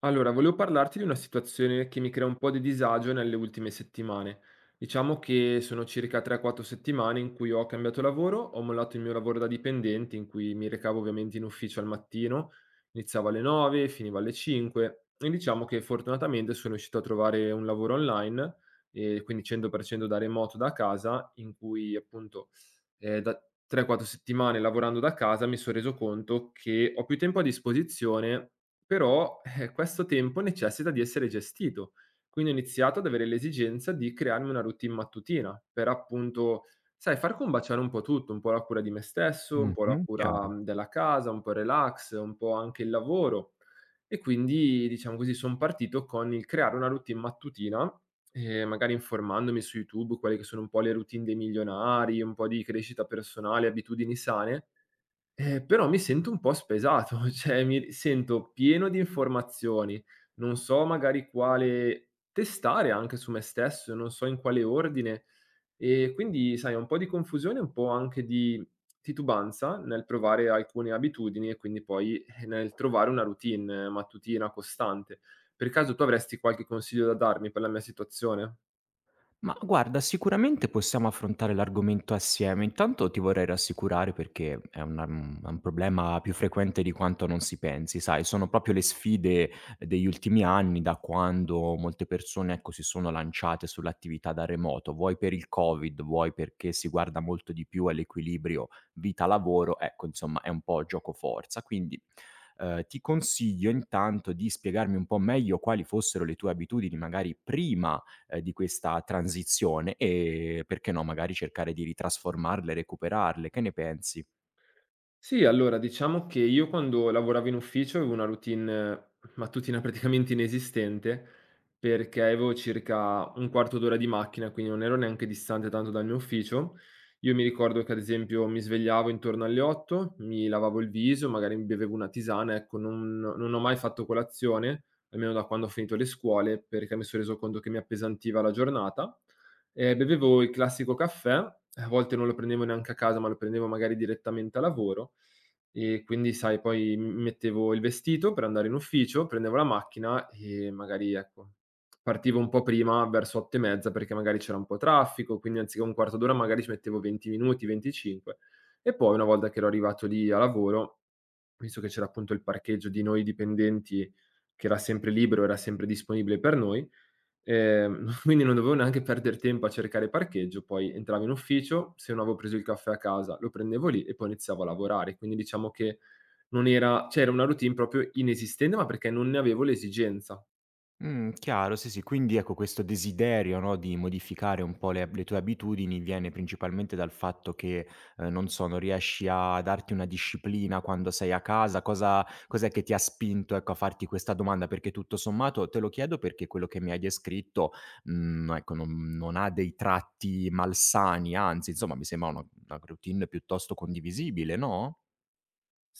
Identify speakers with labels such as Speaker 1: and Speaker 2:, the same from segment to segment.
Speaker 1: Allora, volevo parlarti di una situazione che mi crea un po' di disagio nelle ultime settimane. Diciamo che sono circa 3-4 settimane in cui ho cambiato lavoro, ho mollato il mio lavoro da dipendente, in cui mi recavo ovviamente in ufficio al mattino, iniziavo alle 9, finivo alle 5, e diciamo che fortunatamente sono riuscito a trovare un lavoro online, e quindi 100% da remoto da casa, in cui appunto da 3-4 settimane lavorando da casa mi sono reso conto che ho più tempo a disposizione. Però, questo tempo necessita di essere gestito. Quindi ho iniziato ad avere l'esigenza di crearmi una routine mattutina per appunto, sai, far combaciare un po' tutto, un po' la cura di me stesso, un po' la
Speaker 2: Mh-mh,
Speaker 1: cura
Speaker 2: chiaro.
Speaker 1: della casa, un po' il relax, un po' anche il lavoro. E quindi, diciamo così, sono partito con il creare una routine mattutina, magari informandomi su YouTube, quelle che sono un po' le routine dei milionari, un po' di crescita personale, abitudini sane, però mi sento un po' spesato, cioè mi sento pieno di informazioni, non so magari quale testare anche su me stesso, non so in quale ordine, e quindi sai un po' di confusione, un po' anche di titubanza nel provare alcune abitudini e quindi poi, nel trovare una routine mattutina costante. Per caso tu avresti qualche consiglio da darmi per la mia situazione?
Speaker 2: Ma guarda, sicuramente possiamo affrontare l'argomento assieme. Intanto ti vorrei rassicurare perché è una è un problema più frequente di quanto non si pensi, sai, sono proprio le sfide degli ultimi anni da quando molte persone, ecco, si sono lanciate sull'attività da remoto, vuoi per il Covid, vuoi perché si guarda molto di più all'equilibrio vita-lavoro, ecco, insomma è un po' gioco-forza. Quindi, ti consiglio intanto di spiegarmi un po' meglio quali fossero le tue abitudini magari prima di questa transizione e perché no, magari cercare di ritrasformarle, recuperarle. Che ne pensi?
Speaker 1: Sì, allora diciamo che io quando lavoravo in ufficio avevo una routine mattutina praticamente inesistente, perché avevo circa un quarto d'ora di macchina, quindi non ero neanche distante tanto dal mio ufficio. Io mi ricordo che ad esempio mi svegliavo intorno alle 8, mi lavavo il viso, magari mi bevevo una tisana, ecco, non ho mai fatto colazione, almeno da quando ho finito le scuole, perché mi sono reso conto che mi appesantiva la giornata. Bevevo il classico caffè, a volte non lo prendevo neanche a casa, ma lo prendevo magari direttamente a lavoro, e quindi sai poi m mettevo il vestito per andare in ufficio, prendevo la macchina e magari, ecco, partivo un po' prima verso 8 e mezza perché magari c'era un po' traffico, quindi anziché un quarto d'ora magari ci mettevo 20 minuti, 25. E poi una volta che ero arrivato lì a lavoro, visto che c'era appunto il parcheggio di noi dipendenti che era sempre libero, era sempre disponibile per noi, quindi non dovevo neanche perder tempo a cercare parcheggio, poi entravo in ufficio, se non avevo preso il caffè a casa lo prendevo lì e poi iniziavo a lavorare. Quindi diciamo che non era cioè era una routine proprio inesistente, ma perché non ne avevo l'esigenza.
Speaker 2: Chiaro, sì, sì. Quindi ecco questo desiderio, no, di modificare un po' le tue abitudini viene principalmente dal fatto che, non so, non riesci a darti una disciplina quando sei a casa. Cosa cos'è che ti ha spinto, ecco, a farti questa domanda? Perché tutto sommato te lo chiedo perché quello che mi hai descritto, ecco, non ha dei tratti malsani, anzi insomma mi sembra una routine piuttosto condivisibile, no?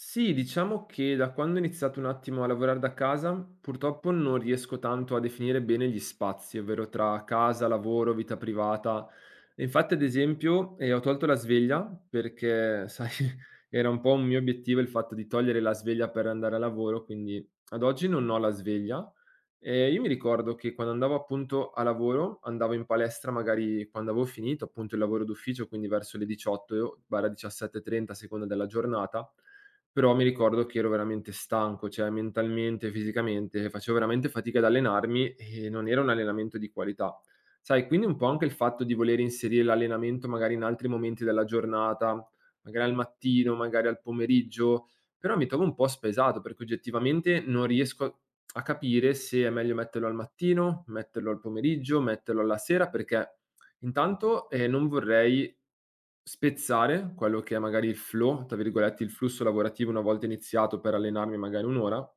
Speaker 1: Sì, diciamo che da quando ho iniziato un attimo a lavorare da casa, purtroppo non riesco tanto a definire bene gli spazi, ovvero tra casa, lavoro, vita privata. E infatti, ad esempio, ho tolto la sveglia perché, sai, era un po' un mio obiettivo il fatto di togliere la sveglia per andare a lavoro, quindi ad oggi non ho la sveglia. E io mi ricordo che quando andavo appunto a lavoro, andavo in palestra magari quando avevo finito appunto il lavoro d'ufficio, quindi verso le 18 barra 17:30 a seconda della giornata, però mi ricordo che ero veramente stanco, cioè mentalmente, fisicamente, facevo veramente fatica ad allenarmi e non era un allenamento di qualità. Sai, quindi un po' anche il fatto di voler inserire l'allenamento magari in altri momenti della giornata, magari al mattino, magari al pomeriggio, però mi trovo un po' spesato perché oggettivamente non riesco a capire se è meglio metterlo al mattino, metterlo al pomeriggio, metterlo alla sera. Perché Intanto, non vorrei spezzare quello che è magari il "flow", tra virgolette, il flusso lavorativo una volta iniziato, per allenarmi magari 1 ora.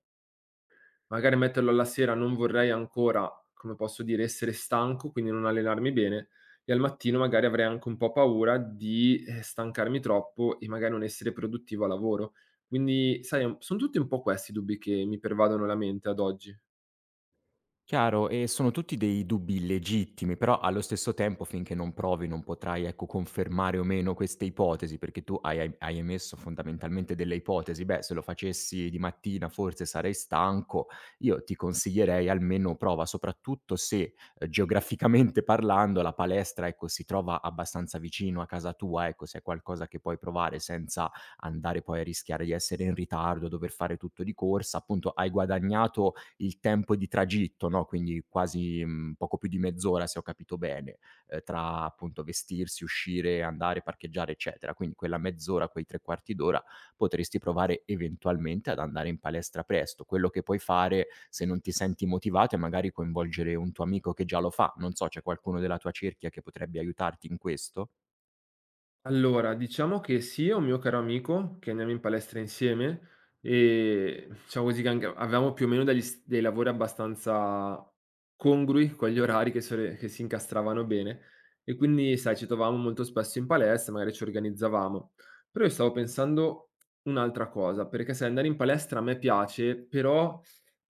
Speaker 1: Magari metterlo alla sera non vorrei ancora, come posso dire, essere stanco, quindi non allenarmi bene, e al mattino magari avrei anche un po' paura di, stancarmi troppo e magari non essere produttivo a lavoro. Quindi sai, è un son tutti un po' questi i dubbi che mi pervadono la mente ad oggi.
Speaker 2: Chiaro, e sono tutti dei dubbi legittimi, però allo stesso tempo finché non provi non potrai, ecco, confermare o meno queste ipotesi, perché tu hai emesso fondamentalmente delle ipotesi. Beh, se lo facessi di mattina forse sarei stanco. Io ti consiglierei almeno prova, soprattutto se, geograficamente parlando la palestra, ecco, si trova abbastanza vicino a casa tua, ecco, se è qualcosa che puoi provare senza andare poi a rischiare di essere in ritardo, dover fare tutto di corsa, appunto hai guadagnato il tempo di tragitto, no, quindi quasi, poco più di mezz'ora se ho capito bene, tra appunto vestirsi, uscire, andare, parcheggiare, eccetera. Quindi quella mezz'ora, quei 3/4 d'ora potresti provare eventualmente ad andare in palestra presto. Quello che puoi fare, se non ti senti motivato, è magari coinvolgere un tuo amico che già lo fa. Non so, c'è qualcuno della tua cerchia che potrebbe aiutarti in questo?
Speaker 1: Allora, diciamo che sì, è un mio caro amico che andiamo in palestra insieme, e diciamo così che anche avevamo più o meno degli s dei lavori abbastanza congrui con gli orari, che si incastravano bene, e quindi, sai, ci trovavamo molto spesso in palestra, magari ci organizzavamo. Però io stavo pensando un'altra cosa, perché sai, andare in palestra a me piace, però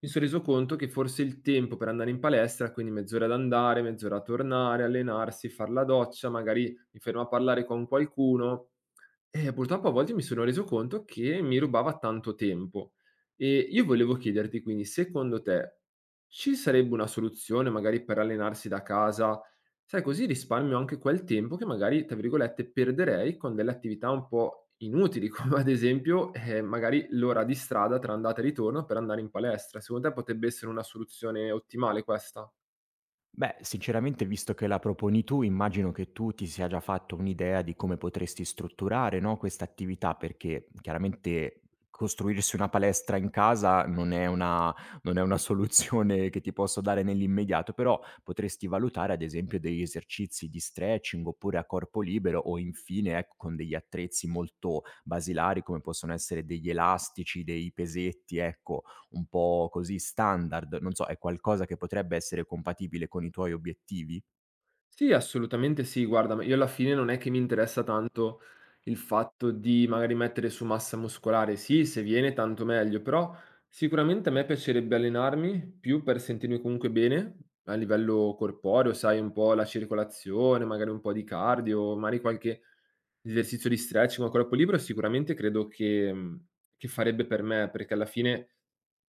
Speaker 1: mi son reso conto che forse il tempo per andare in palestra, quindi mezz'ora ad andare, mezz'ora a tornare, allenarsi, far la doccia, magari mi fermo a parlare con qualcuno, e purtroppo a volte mi sono reso conto che mi rubava tanto tempo. E io volevo chiederti quindi, secondo te ci sarebbe una soluzione magari per allenarsi da casa? Sai, così risparmio anche quel tempo che magari, tra virgolette, perderei con delle attività un po' inutili, come ad esempio, magari l'ora di strada tra andata e ritorno per andare in palestra. Secondo te potrebbe essere una soluzione ottimale questa?
Speaker 2: Beh, sinceramente, visto che la proponi tu, immagino che tu ti sia già fatto un'idea di come potresti strutturare, no, questa attività, perché chiaramente costruirsi una palestra in casa non è una soluzione che ti posso dare nell'immediato, però potresti valutare, ad esempio, degli esercizi di stretching oppure a corpo libero o infine, ecco, con degli attrezzi molto basilari come possono essere degli elastici, dei pesetti, ecco, un po' così standard, non so, è qualcosa che potrebbe essere compatibile con i tuoi obiettivi?
Speaker 1: Sì, assolutamente sì. Guarda, ma io alla fine non è che mi interessa tanto il fatto di magari mettere su massa muscolare. Sì, se viene tanto meglio, però sicuramente a me piacerebbe allenarmi più per sentirmi comunque bene a livello corporeo, sai, un po' la circolazione, magari un po' di cardio, magari qualche esercizio di stretching a corpo libero, sicuramente credo che farebbe per me, perché alla fine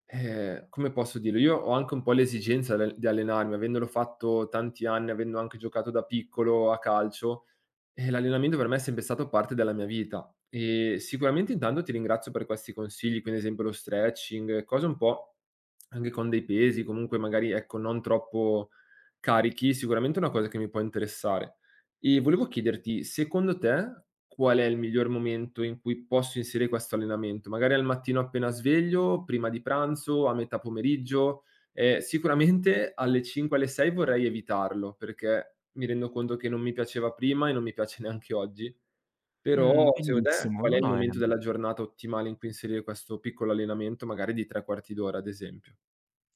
Speaker 1: come posso dirlo, io ho anche un po' l'esigenza dal di allenarmi, avendolo fatto tanti anni, avendo anche giocato da piccolo a calcio, l'allenamento per me è sempre stato parte della mia vita, e sicuramente intanto ti ringrazio per questi consigli, quindi ad esempio lo stretching, cose un po' anche con dei pesi, comunque magari ecco non troppo carichi, sicuramente è una cosa che mi può interessare. E volevo chiederti, secondo te qual è il miglior momento in cui posso inserire questo allenamento? Magari al mattino appena sveglio, prima di pranzo, a metà pomeriggio? Sicuramente alle 5, alle 6 vorrei evitarlo, perché mi rendo conto che non mi piaceva prima e non mi piace neanche oggi. Però secondo te
Speaker 2: Benissimo.
Speaker 1: qual
Speaker 2: No,
Speaker 1: è il
Speaker 2: no, è
Speaker 1: momento della giornata ottimale in cui inserire questo piccolo allenamento, magari di 3 quarti d'ora ad esempio?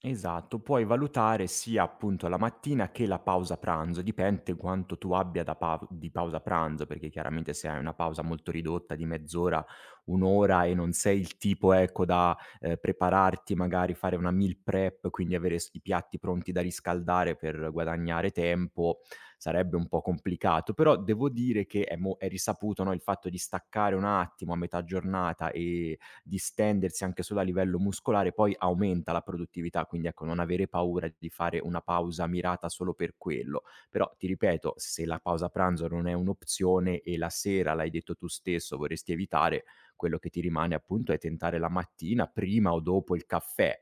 Speaker 2: Esatto, puoi valutare sia appunto la mattina che la pausa pranzo, dipende quanto tu abbia da pav di pausa pranzo, perché chiaramente se hai una pausa molto ridotta di mezz'ora, un' ora e non sei il tipo ecco da, prepararti magari fare una meal prep, quindi avere s i piatti pronti da riscaldare per guadagnare tempo, sarebbe un po' complicato. Però devo dire che è risaputo, no, il fatto di staccare un attimo a metà giornata e distendersi anche solo a livello muscolare, poi aumenta la produttività, quindi ecco non avere paura di fare una pausa mirata solo per quello. Però ti ripeto, se la pausa pranzo non è un'opzione e la sera, l'hai detto tu stesso, vorresti evitare, quello che ti rimane appunto è tentare la mattina prima o dopo il caffè.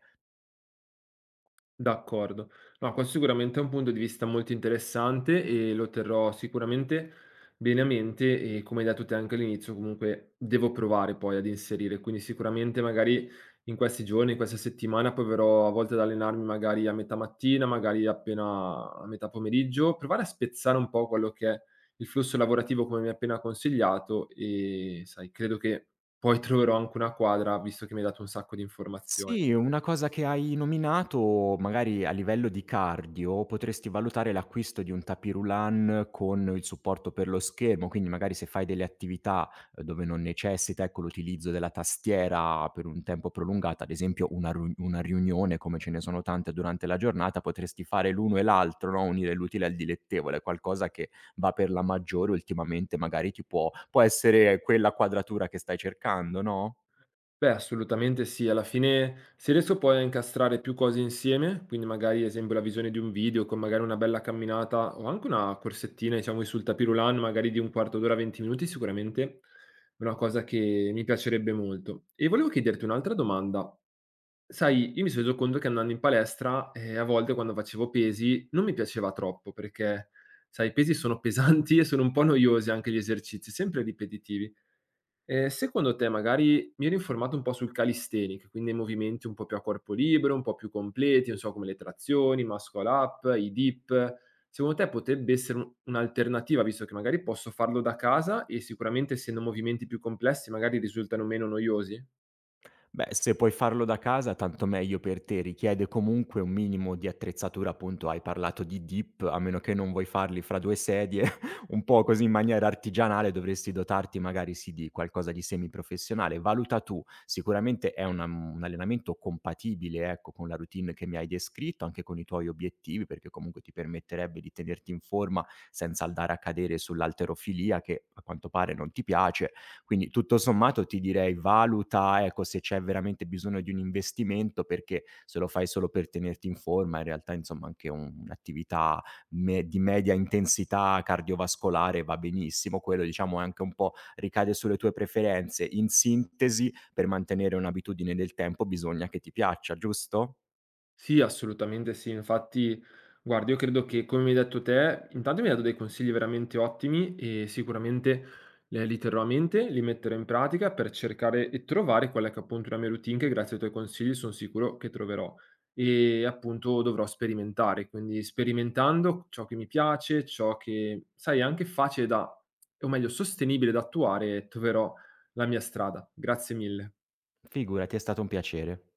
Speaker 1: D'accordo. No, questo sicuramente è un punto di vista molto interessante e lo terrò sicuramente bene a mente, e come hai detto te anche all'inizio, comunque devo provare poi ad inserire, quindi sicuramente magari in questi giorni, in questa settimana proverò a volte ad allenarmi magari a metà mattina, magari appena a metà pomeriggio, provare a spezzare un po' quello che è il flusso lavorativo come mi hai appena consigliato, e sai, credo che poi troverò anche una quadra, visto che mi hai dato un sacco di informazioni.
Speaker 2: Sì, una cosa che hai nominato, magari a livello di cardio, potresti valutare l'acquisto di un tapis roulant con il supporto per lo schermo, quindi magari se fai delle attività dove non necessita, ecco, l'utilizzo della tastiera per un tempo prolungato, ad esempio una, una riunione, come ce ne sono tante durante la giornata, potresti fare l'uno e l'altro, no? Unire l'utile al dilettevole, qualcosa che va per la maggiore ultimamente, magari può essere quella quadratura che stai cercando, no?
Speaker 1: Beh, assolutamente sì. Alla fine, se riesco poi a incastrare più cose insieme, quindi magari esempio la visione di un video con magari una bella camminata o anche una corsettina, diciamo, sul tapis roulant, magari di un quarto d'ora, 20 minuti, sicuramente è una cosa che mi piacerebbe molto. E volevo chiederti un'altra domanda. Sai, io mi sono reso conto che andando in palestra, a volte quando facevo pesi non mi piaceva troppo perché, sai, i pesi sono pesanti e sono un po' noiosi anche gli esercizi, sempre ripetitivi. Secondo te magari mi ero informato un po' sul calisthenic, quindi ai movimenti un po' più a corpo libero, un po' più completi, non so come le trazioni, i muscle up, i dip. Secondo te potrebbe essere un'alternativa, visto che magari posso farlo da casa e sicuramente essendo movimenti più complessi magari risultano meno noiosi?
Speaker 2: Beh, se puoi farlo da casa tanto meglio per te, richiede comunque un minimo di attrezzatura, appunto hai parlato di dip, a meno che non vuoi farli fra 2 sedie, un po' così in maniera artigianale dovresti dotarti magari sì di qualcosa di semiprofessionale. Valuta tu, sicuramente è una un allenamento compatibile, ecco, con la routine che mi hai descritto, anche con i tuoi obiettivi, perché comunque ti permetterebbe di tenerti in forma senza andare a cadere sull'halterofilia che a quanto pare non ti piace, quindi tutto sommato ti direi valuta, ecco, se c'è veramente bisogno di un investimento, perché se lo fai solo per tenerti in forma, in realtà insomma anche un'attività me di media intensità cardiovascolare va benissimo, quello diciamo è anche un po' ricade sulle tue preferenze. In sintesi, per mantenere un'abitudine nel tempo bisogna che ti piaccia, giusto?
Speaker 1: Sì, assolutamente sì. Infatti, guarda, io credo che come mi hai detto te, intanto mi hai dato dei consigli veramente ottimi e sicuramente li terrò a mente, li metterò in pratica per cercare e trovare quella che è appunto la mia routine, che grazie ai tuoi consigli sono sicuro che troverò. E appunto dovrò sperimentare, quindi sperimentando ciò che mi piace, ciò che, sai, è anche facile da, o meglio, sostenibile da attuare, troverò la mia strada. Grazie mille.
Speaker 2: Figurati, è stato un piacere.